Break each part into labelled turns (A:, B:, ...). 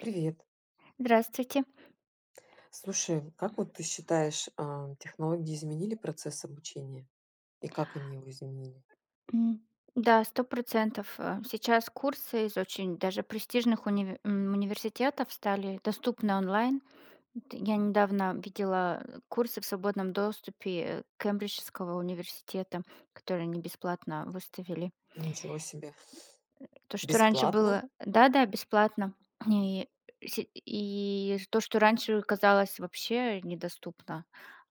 A: Привет.
B: Здравствуйте.
A: Слушай, как вот ты считаешь, технологии изменили процесс обучения? И как они его изменили?
B: М, да, 100. Сейчас курсы из очень даже престижных университетов стали доступны онлайн. Т я недавно видела, курсы в свободном доступе, Кембриджского университета, которые они бесплатно выставили.
A: Ничего себе.
B: То, что раньше
A: Бесплатно?
B: было, да-да, бесплатно. И и то, что раньше казалось вообще недоступно,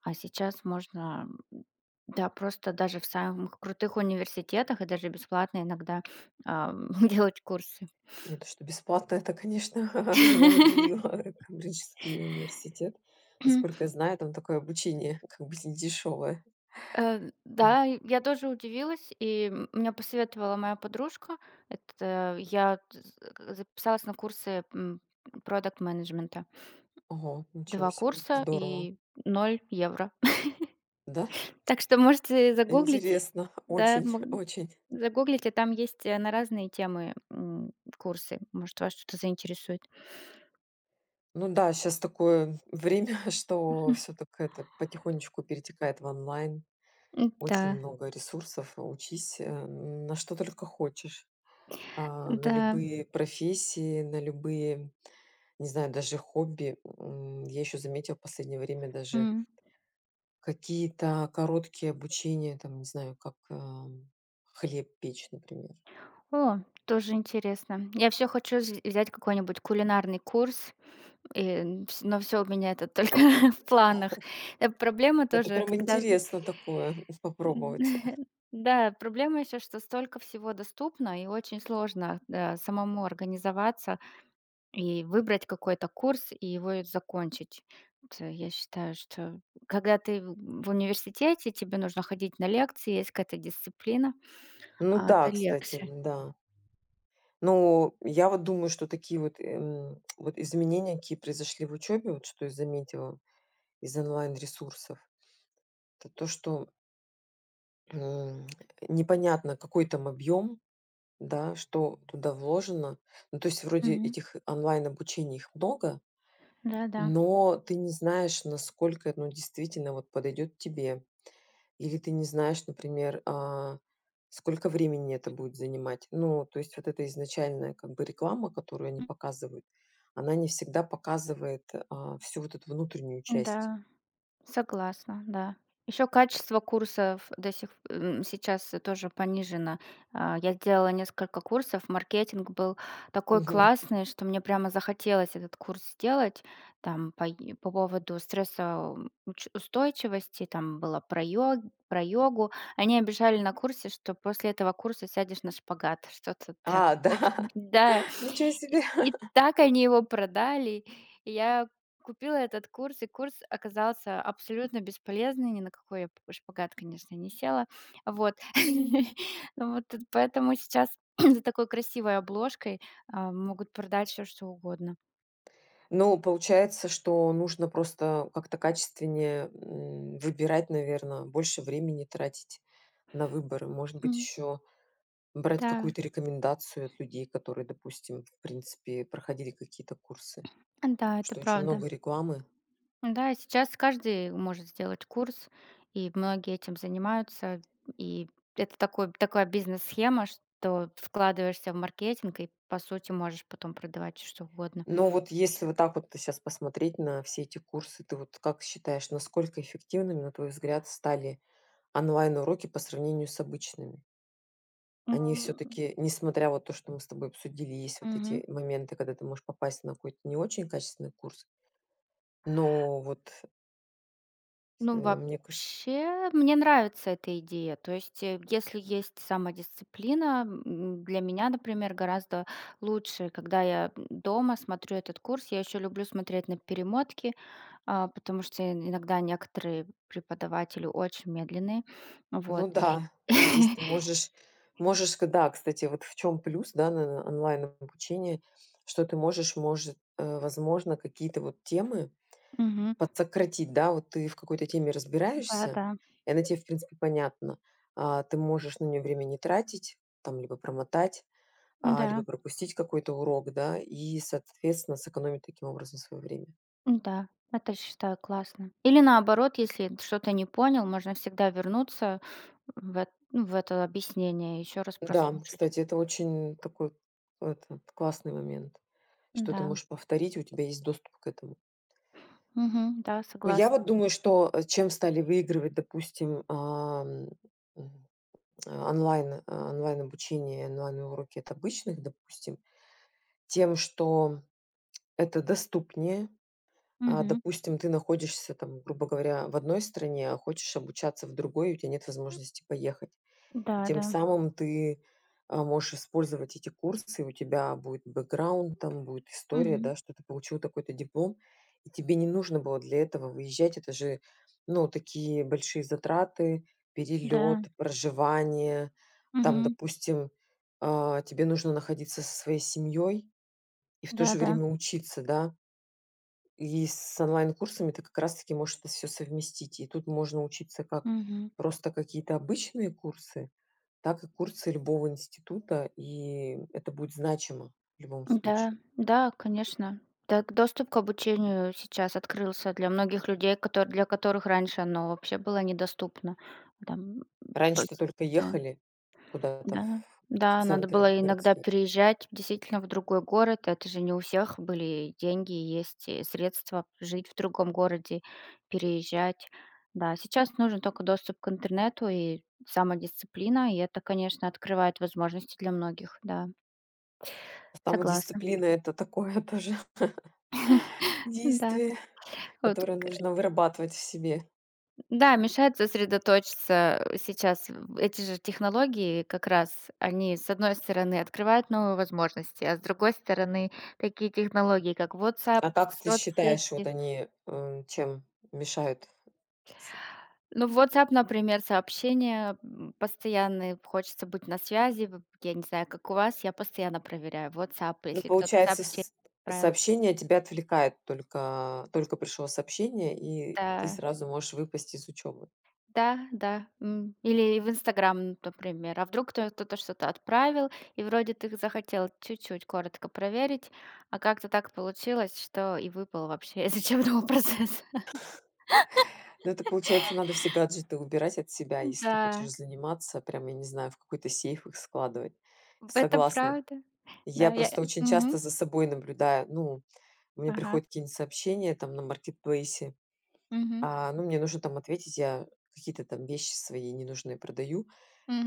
B: а сейчас можно, да, просто даже в самых крутых университетах и даже бесплатно иногда, ам, делать курсы.
A: Не то, что бесплатно, это, конечно, меня удивило. Кембриджский университет. Насколько я знаю, там такое обучение как бы не дешевое.
B: Э,
A: Вот.
B: да, я тоже удивилась, и мне посоветовала моя подружка. Это я т з записалась на курсы, продакт-менеджмента.
A: Ого, ничего
B: Два
A: себе.
B: курса
A: Здорово.
B: и ноль евро.
A: Да?
B: Так что можете загуглить,
A: Интересно.
B: да,
A: Очень, очень.
B: загуглить, а там есть, на разные темы, курсы. Может, вас что-то заинтересует.
A: Ну да, сейчас такое время, что
B: Мгм.
A: все так это потихонечку перетекает в онлайн.
B: М-да,
A: Очень много ресурсов. Учись, на что только хочешь, на
B: да, да.
A: любые профессии, на любые, не знаю, даже хобби. Я еще заметила в последнее время даже
B: М.
A: какие-то короткие обучения, там, не знаю, как, хлеб печь, например.
B: О, тоже интересно. Я все хочу вз взять какой-нибудь кулинарный курс, и, м, вс но все у меня это только в планах. Проблема
A: Это
B: тоже,
A: прям
B: когда ты…
A: интересно такое попробовать.
B: Да, проблема еще, что столько всего доступно и очень сложно, да, самому организоваться. И выбрать какой-то курс и его закончить. Вот, я считаю, что когда ты в университете, тебе нужно ходить на лекции, есть какая-то дисциплина,
A: Ну
B: а
A: да,
B: это
A: кстати,
B: легче.
A: да. Ну, я вот думаю, что такие вот, вот изменения, какие произошли в учебе, вот что я заметила из онлайн-ресурсов. Это то, что, м, непонятно, какой там объем, да, что туда вложено. Ну, то есть вроде
B: Мгм.
A: этих онлайн-обучений их много,
B: Да-да.
A: но ты не знаешь, насколько оно действительно вот подойдет тебе. Или ты не знаешь, например, сколько времени это будет занимать. Ну, то есть вот эта изначальная как бы реклама, которую они показывают, она не всегда показывает, всю вот эту внутреннюю
B: М,
A: часть.
B: да. Согласна, да. Еще качество курсов сейчас тоже понижено. Я сделала несколько курсов, маркетинг был такой
A: Мгм.
B: классный, что мне прямо захотелось этот курс сделать, по поводу стрессоустойчивости, там было про, про йогу. Они обижали на курсе, что после этого курса сядешь на шпагат, что-то так.
A: А,
B: В общем,
A: да,
B: да,
A: ничего себе!
B: и так они его продали. И Я Купила этот курс, и курс оказался абсолютно бесполезный, ни на какой я п шпагат, конечно, не села. Вот. Ну Вот т поэтому сейчас за такой красивой обложкой, могут продать всё, что угодно.
A: Ну, получается, что нужно просто как-то качественнее, выбирать, наверное, больше времени тратить на выборы. Может быть,
B: М,
A: еще брать
B: да,
A: какую-то рекомендацию от людей, которые, допустим, в принципе, проходили какие-то курсы,
B: да, это
A: что очень
B: правда.
A: много рекламы.
B: Да, сейчас каждый может сделать курс, и многие этим занимаются. И это такой такая бизнес-схема, что вкладываешься в маркетинг и, по сути, можешь потом продавать что угодно.
A: Но вот если вот так вот сейчас посмотреть на все эти курсы, ты вот как считаешь, насколько эффективными, на твой взгляд, стали онлайн-уроки по сравнению с обычными? Они все
B: М,
A: таки несмотря вот то, что мы с тобой обсудили, есть вот
B: мгм.
A: эти моменты, когда ты можешь попасть на какой-то не очень качественный курс, но вот,
B: Ну,
A: мне кажется
B: вообще, мне нравится эта идея. То есть, если есть самодисциплина, для меня, например, гораздо лучше, когда я дома смотрю этот курс. Я еще люблю смотреть на перемотки, потому что иногда некоторые преподаватели очень медленные.
A: ну
B: Вот.
A: да, здесь ты можешь можешь к да, кстати, вот в чем плюс, да, на онлайн-обучения, что ты можешь, может, возможно, какие-то вот темы
B: Мгм.
A: подсократить, да. Вот ты в какой-то теме разбираешься,
B: Да-да.
A: и она тебе, в принципе, понятна. Ты можешь на нее время не тратить, там, либо промотать, либо
B: Да.
A: пропустить какой-то урок, да, и, соответственно, сэкономить таким образом свое время.
B: Да, да. Это считаю классно. Или наоборот, если что-то не понял, можно всегда вернуться в это объяснение и еще раз
A: Да,
B: прослушать.
A: кстати, это очень такой этот классный момент, что ты
B: Да.
A: можешь повторить, у тебя есть доступ к этому.
B: Мгм. Да,
A: Ну, я
B: согласна.
A: вот думаю, что чем стали выигрывать, допустим, ам, м, м, а, онлайн, онлайн-обучение, онлайн-уроки от обычных, допустим, тем, что это доступнее.
B: Мгм.
A: Допустим, ты находишься, там, грубо говоря, в одной стране, а хочешь обучаться в другой, и у тебя нет возможности поехать. И
B: Да,
A: тем
B: да.
A: самым ты, можешь использовать эти курсы, у тебя будет бэкграунд, там будет история,
B: Мгм.
A: да, что ты получил такой-то диплом, и тебе не нужно было для этого выезжать. Это же, ну, такие большие затраты:
B: Да.
A: перелет, проживание. Там,
B: Мгм.
A: допустим, тебе нужно находиться со своей семьей и в то же
B: Да-да.
A: время учиться, да. И с онлайн-курсами ты как раз таки можешь это все совместить. И тут можно учиться как
B: Мгм.
A: просто какие-то обычные курсы, так и курсы любого института, и это будет значимо в любом
B: Да,
A: случае.
B: да, конечно. Так доступ к обучению сейчас открылся для многих людей, котор для которых раньше оно вообще было недоступно. Там, м,
A: Раньше-то
B: бысь
A: только
B: да.
A: ехали куда-то в
B: Да, да, надо
A: центры
B: было иногда
A: городские.
B: переезжать действительно в другой город. Это же не у всех были деньги, есть и средства жить в другом городе, переезжать. Да, сейчас нужен только доступ к интернету и самодисциплина, и это, конечно, открывает возможности для многих, да.
A: Там
B: Согласна.
A: дисциплина это такое тоже
B: Да.
A: действие,
B: Вот.
A: которое нужно вырабатывать в себе.
B: Да, мешает сосредоточиться, сейчас в эти же технологии как раз, они, с одной стороны, открывают новые возможности, а с другой стороны, такие технологии, как WhatsApp,
A: А как ты считаешь, вот
B: соцсети.
A: они, чем мешают.
B: Ну, в WhatsApp, например, сообщения, постоянные, хочется быть на связи. В я не знаю, как у вас, я постоянно проверяю WhatsApp,
A: Ну,
B: если кто-то
A: получается,
B: сообщение
A: с
B: отправил.
A: сообщение тебя отвлекает. Только пришло сообщение, и ты
B: Да.
A: сразу можешь выпасть из учебы.
B: Да, да, Или в "Инстаграм", например. А вдруг кто-то что-то отправил, и вроде ты захотел чуть-чуть коротко проверить, а как-то так получилось, что и выпал вообще из учебного процесса.
A: Ну, это, получается, надо все гаджеты убирать от себя, если
B: Да,
A: ты хочешь заниматься. Прям, я не знаю, в какой-то сейф их складывать.
B: это
A: Согласна.
B: правда.
A: Я
B: Да, я…
A: просто очень часто
B: Мгм.
A: за собой наблюдаю. Ну, мне
B: Ага.
A: приходят какие-нибудь сообщения там на маркетплейсе,
B: Мгм.
A: ну, мне нужно там ответить. Я какие-то там вещи свои ненужные продаю.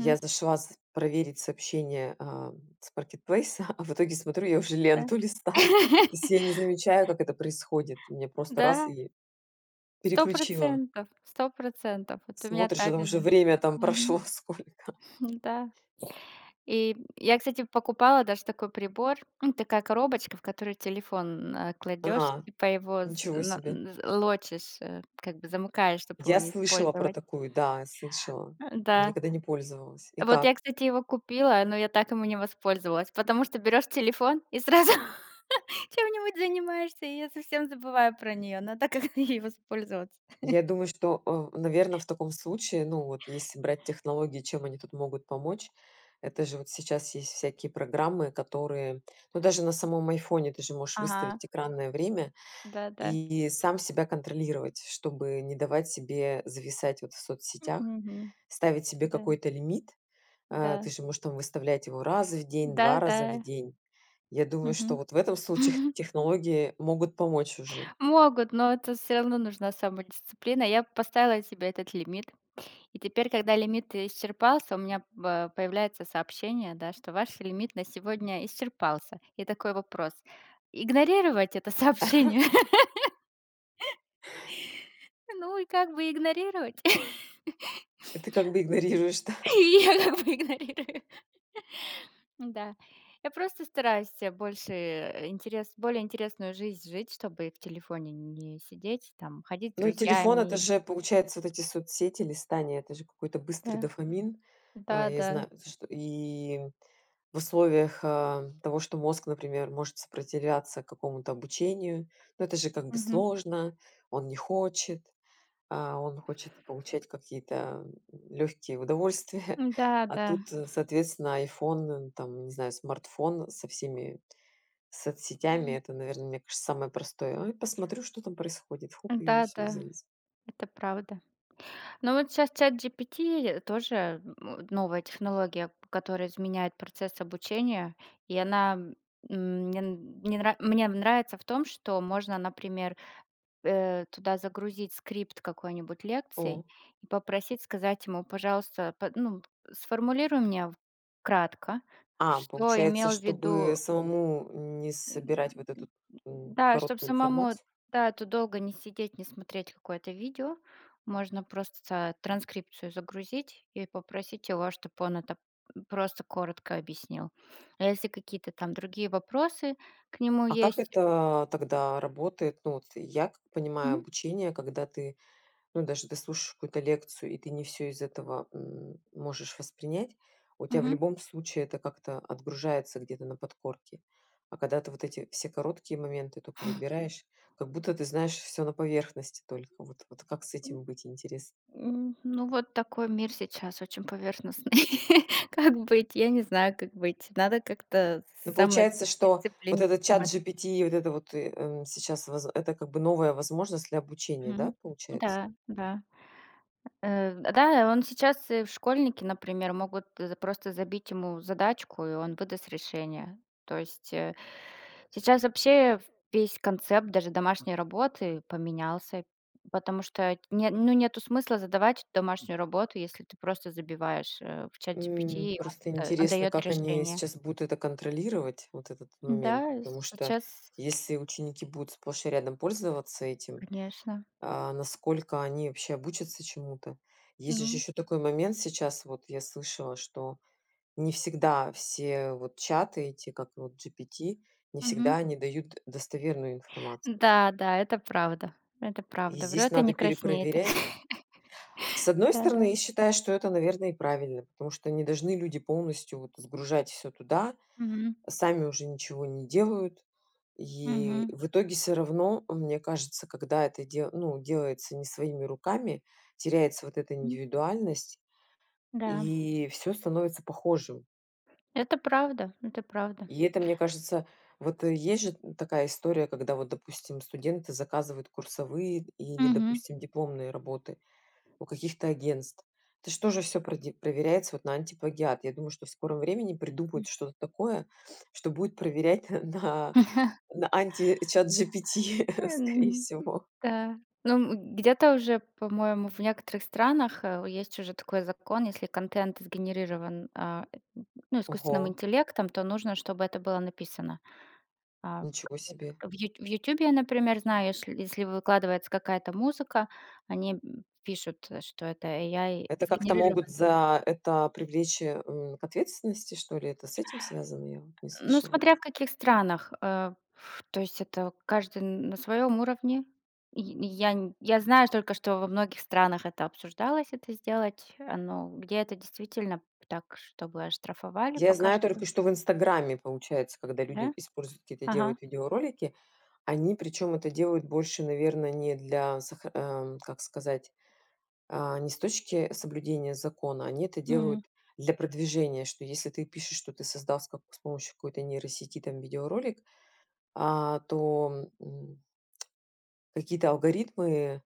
A: Я зашла с проверить сообщение, с маркетплейса, а в итоге смотрю, я уже
B: Да.
A: ленту листаю. То есть я не замечаю, как это происходит. Мне просто
B: Да,
A: раз и
B: сто
A: переключила.
B: процентов, сто процентов. Вот у меня
A: Смотришь, а
B: так
A: там уже
B: же.
A: время там прошло
B: Мгм.
A: сколько.
B: Да. И я, кстати, покупала даже такой прибор, ну, такая коробочка, в которую телефон, кладешь,
A: А,
B: и типа его з
A: ничего
B: на
A: себе.
B: з лочишь, как бы замыкаешь, чтобы его
A: Я
B: не
A: слышала про
B: использовать.
A: такую, да, слышала.
B: Да.
A: Никогда не пользовалась. И
B: Вот я,
A: как?
B: кстати, его купила, но я так ему не воспользовалась, потому что берешь телефон и сразу чем-нибудь занимаешься, и я совсем забываю про нее. Надо как-то ей воспользоваться.
A: Я думаю, что, наверное, в таком случае, ну, вот если брать технологии, чем они тут могут помочь, это же вот сейчас есть всякие программы, которые ну, даже на самом "Айфоне" ты же можешь
B: Ага,
A: выставить экранное время
B: да-да.
A: и сам себя контролировать, чтобы не давать себе зависать вот в соцсетях,
B: Мгм.
A: ставить себе
B: Да,
A: какой-то лимит. Ты
B: да.
A: же можешь там выставлять его раз в день, два
B: Да-да.
A: раза в день. Я думаю, что
B: Мгм.
A: вот в этом случае технологии могут помочь уже.
B: Могут, но это все равно нужна самодисциплина. Я поставила себе этот лимит. И теперь, когда лимит исчерпался, у меня ба появляется сообщение, да, что ваш лимит на сегодня исчерпался. И такой вопрос: игнорировать это сообщение? Ну и как бы игнорировать?
A: И ты как бы игнорируешь, да?
B: И я как бы игнорирую. Да. Я просто стараюсь себе больше, э, интерес более интересную жизнь жить, чтобы в телефоне не сидеть, там, ходить с
A: Ну, телефон — это
B: друзьями.
A: же, получается, вот эти соцсети, листания, это же какой-то быстрый
B: Да,
A: дофамин. Я
B: да-да.
A: знаю, что и в условиях, того, что мозг, например, может сопротивляться какому-то обучению, ну, это же как бы
B: Мгм.
A: сложно, он не хочет, он хочет получать какие-то, легкие удовольствия.
B: Да,
A: А
B: да.
A: тут, соответственно, iPhone, там, не знаю, смартфон со всеми соцсетями — это, наверное, мне кажется, самое простое. Ой, посмотрю, что там происходит. Хуп и все
B: Да-да,
A: завис.
B: это правда. Но вот щас ChatGPT тоже, новая технология, которая изменяет процесс обучения, и она, мне нравится в том, что можно, например, туда загрузить скрипт какой-нибудь лекции
A: О,
B: и попросить сказать ему: "Пожалуйста, сформулируй мне в кратко, что
A: получается,
B: имел в
A: чтобы
B: виду".
A: самому не собирать вот эту,
B: М, да, чтобы
A: короткую
B: самому,
A: информацию.
B: да, тут долго не сидеть, не смотреть какое-то видео, можно просто транскрипцию загрузить и попросить его, чтобы он это просто коротко объяснил. А если какие-то там другие вопросы к нему
A: А как
B: есть…
A: это тогда работает? Ну, вот я как понимаю
B: Мгм,
A: обучение, когда ты, ну, даже ты слушаешь какую-то лекцию, и ты не все из этого, можешь воспринять, у тебя в
B: мгм.
A: любом случае это как-то отгружается где-то на подкорке. А когда ты вот эти все короткие моменты только выбираешь, как будто ты знаешь все на поверхности только. Вот как с этим быть, интересно?
B: Ну, вот такой мир сейчас очень поверхностный. Как быть? Я не знаю, как быть. Надо как-то
A: Ну, получается, что вот
B: самодисциплину.
A: этот ChatGPT и вот это вот, сейчас воз это как бы новая возможность для обучения, да,
B: Мгм.
A: получается?
B: Да, да. Да, он сейчас, школьники, например, могут за просто забить ему задачку, и он выдаст решение. То есть, сейчас вообще весь концепт даже домашней работы поменялся, потому что не ну, нету смысла задавать домашнюю работу, если ты просто забиваешь, в ChatGPT, и
A: Просто
B: он
A: интересно,
B: даёт
A: как они
B: решение.
A: сейчас будут это контролировать, вот этот
B: Да,
A: момент. Потому что
B: сейчас,
A: если ученики будут сплошь и рядом пользоваться этим,
B: конечно,
A: насколько они вообще обучатся чему-то? Есть же
B: ну,
A: еще такой момент сейчас, вот я слышала, что не всегда все вот чаты эти, как вот GPT, не
B: мгм.
A: всегда они дают достоверную информацию.
B: Да, да, это правда, это
A: И
B: правда.
A: здесь
B: Врет и
A: надо
B: не краснеет.
A: перепроверять. С одной стороны,
B: Да-да.
A: я считаю, что это, наверное, и правильно, потому что не должны люди полностью вот сгружать все туда,
B: Мгм.
A: сами уже ничего не делают. И
B: Мгм.
A: в итоге все равно, мне кажется, когда это дел ну, делается не своими руками, теряется вот эта
B: М,
A: индивидуальность,
B: да,
A: и все становится похожим.
B: это правда, это правда.
A: И это, мне кажется, вот есть же такая история, когда вот, допустим, студенты заказывают курсовые или,
B: Мгм.
A: допустим, дипломные работы. У каких-то агентств. Это ж тоже все проверяется вот на антиплагиат. Я думаю, что в скором времени
B: М.
A: придумают что-то такое, что будет проверять на анти-ChatGPT, скорее всего.
B: Да. Ну, где-то уже, по-моему, в некоторых странах, есть уже такой закон, если контент сгенерирован, ну,
A: Ого,
B: искусственным интеллектом, то нужно, чтобы это было написано. А,
A: ничего себе!
B: в "Ютубе", я, например, знаю, если выкладывается какая-то музыка, они, пишут, что это AI
A: Это как-то могут
B: сгенерирован.
A: за это привлечь, к ответственности, что ли? Это с этим связано? Я вот не
B: Ну,
A: слышала.
B: смотря в каких странах, э, ф то есть это каждый на своем уровне. Я знаю только, что во многих странах это обсуждалось, это сделать, но где это действительно так, чтобы оштрафовали,
A: Я
B: пока
A: знаю
B: что,
A: только, что в "Инстаграме" получается, когда
B: да?
A: люди используют какие-то,
B: Ага.
A: делают видеоролики, они причем это делают больше, наверное, не для сохра как сказать. Не с точки соблюдения закона, они это
B: М,
A: делают для продвижения, что если ты пишешь, что ты создал с, как с помощью какой-то нейросети там видеоролик, а, то м, какие-то алгоритмы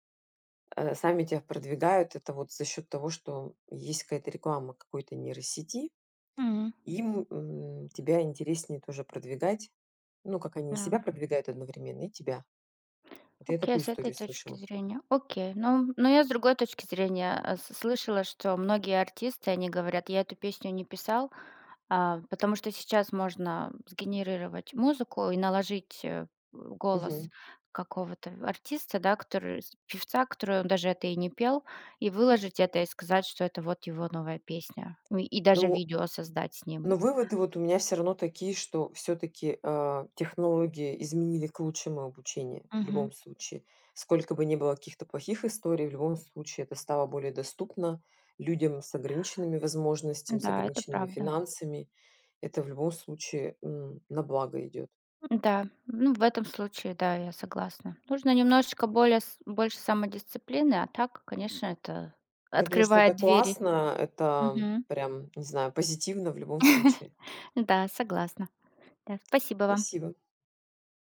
A: сами тебя продвигают. Это вот за счет того, что есть какая-то реклама какой-то нейросети,
B: м.
A: тебя интереснее тоже продвигать. Ну, как они и
B: А.
A: себя продвигают одновременно, и тебя. Вот я
B: Окей,
A: такую
B: с этой
A: историю
B: точки
A: слышала.
B: зрения. Окей. Ну, но я с другой точки зрения слышала, что многие артисты, они говорят, я эту песню не писал, потому что сейчас можно сгенерировать музыку и наложить голос
A: Мгм.
B: какого-то артиста, да, певца, который он даже это и не пел, и выложить это и сказать, что это вот его новая песня. И даже
A: Ну,
B: видео создать с
A: но
B: ним.
A: выводы вот у меня все равно такие, что все таки технологии изменили к лучшему обучение в
B: Мгм.
A: любом случае. Сколько бы ни было каких-то плохих историй, в любом случае это стало более доступно людям с ограниченными возможностями, с
B: Да, это
A: ограниченными
B: правда.
A: финансами. Это в любом случае, на благо идет.
B: Да, ну, в этом случае, да, я согласна. Нужно немножечко более с больше самодисциплины, а так, конечно, это
A: Я думаю, что это
B: открывает двери.
A: классно, это
B: Мгм.
A: прям, не знаю, позитивно в любом случае.
B: Да, согласна. Да, спасибо вам.
A: Спасибо.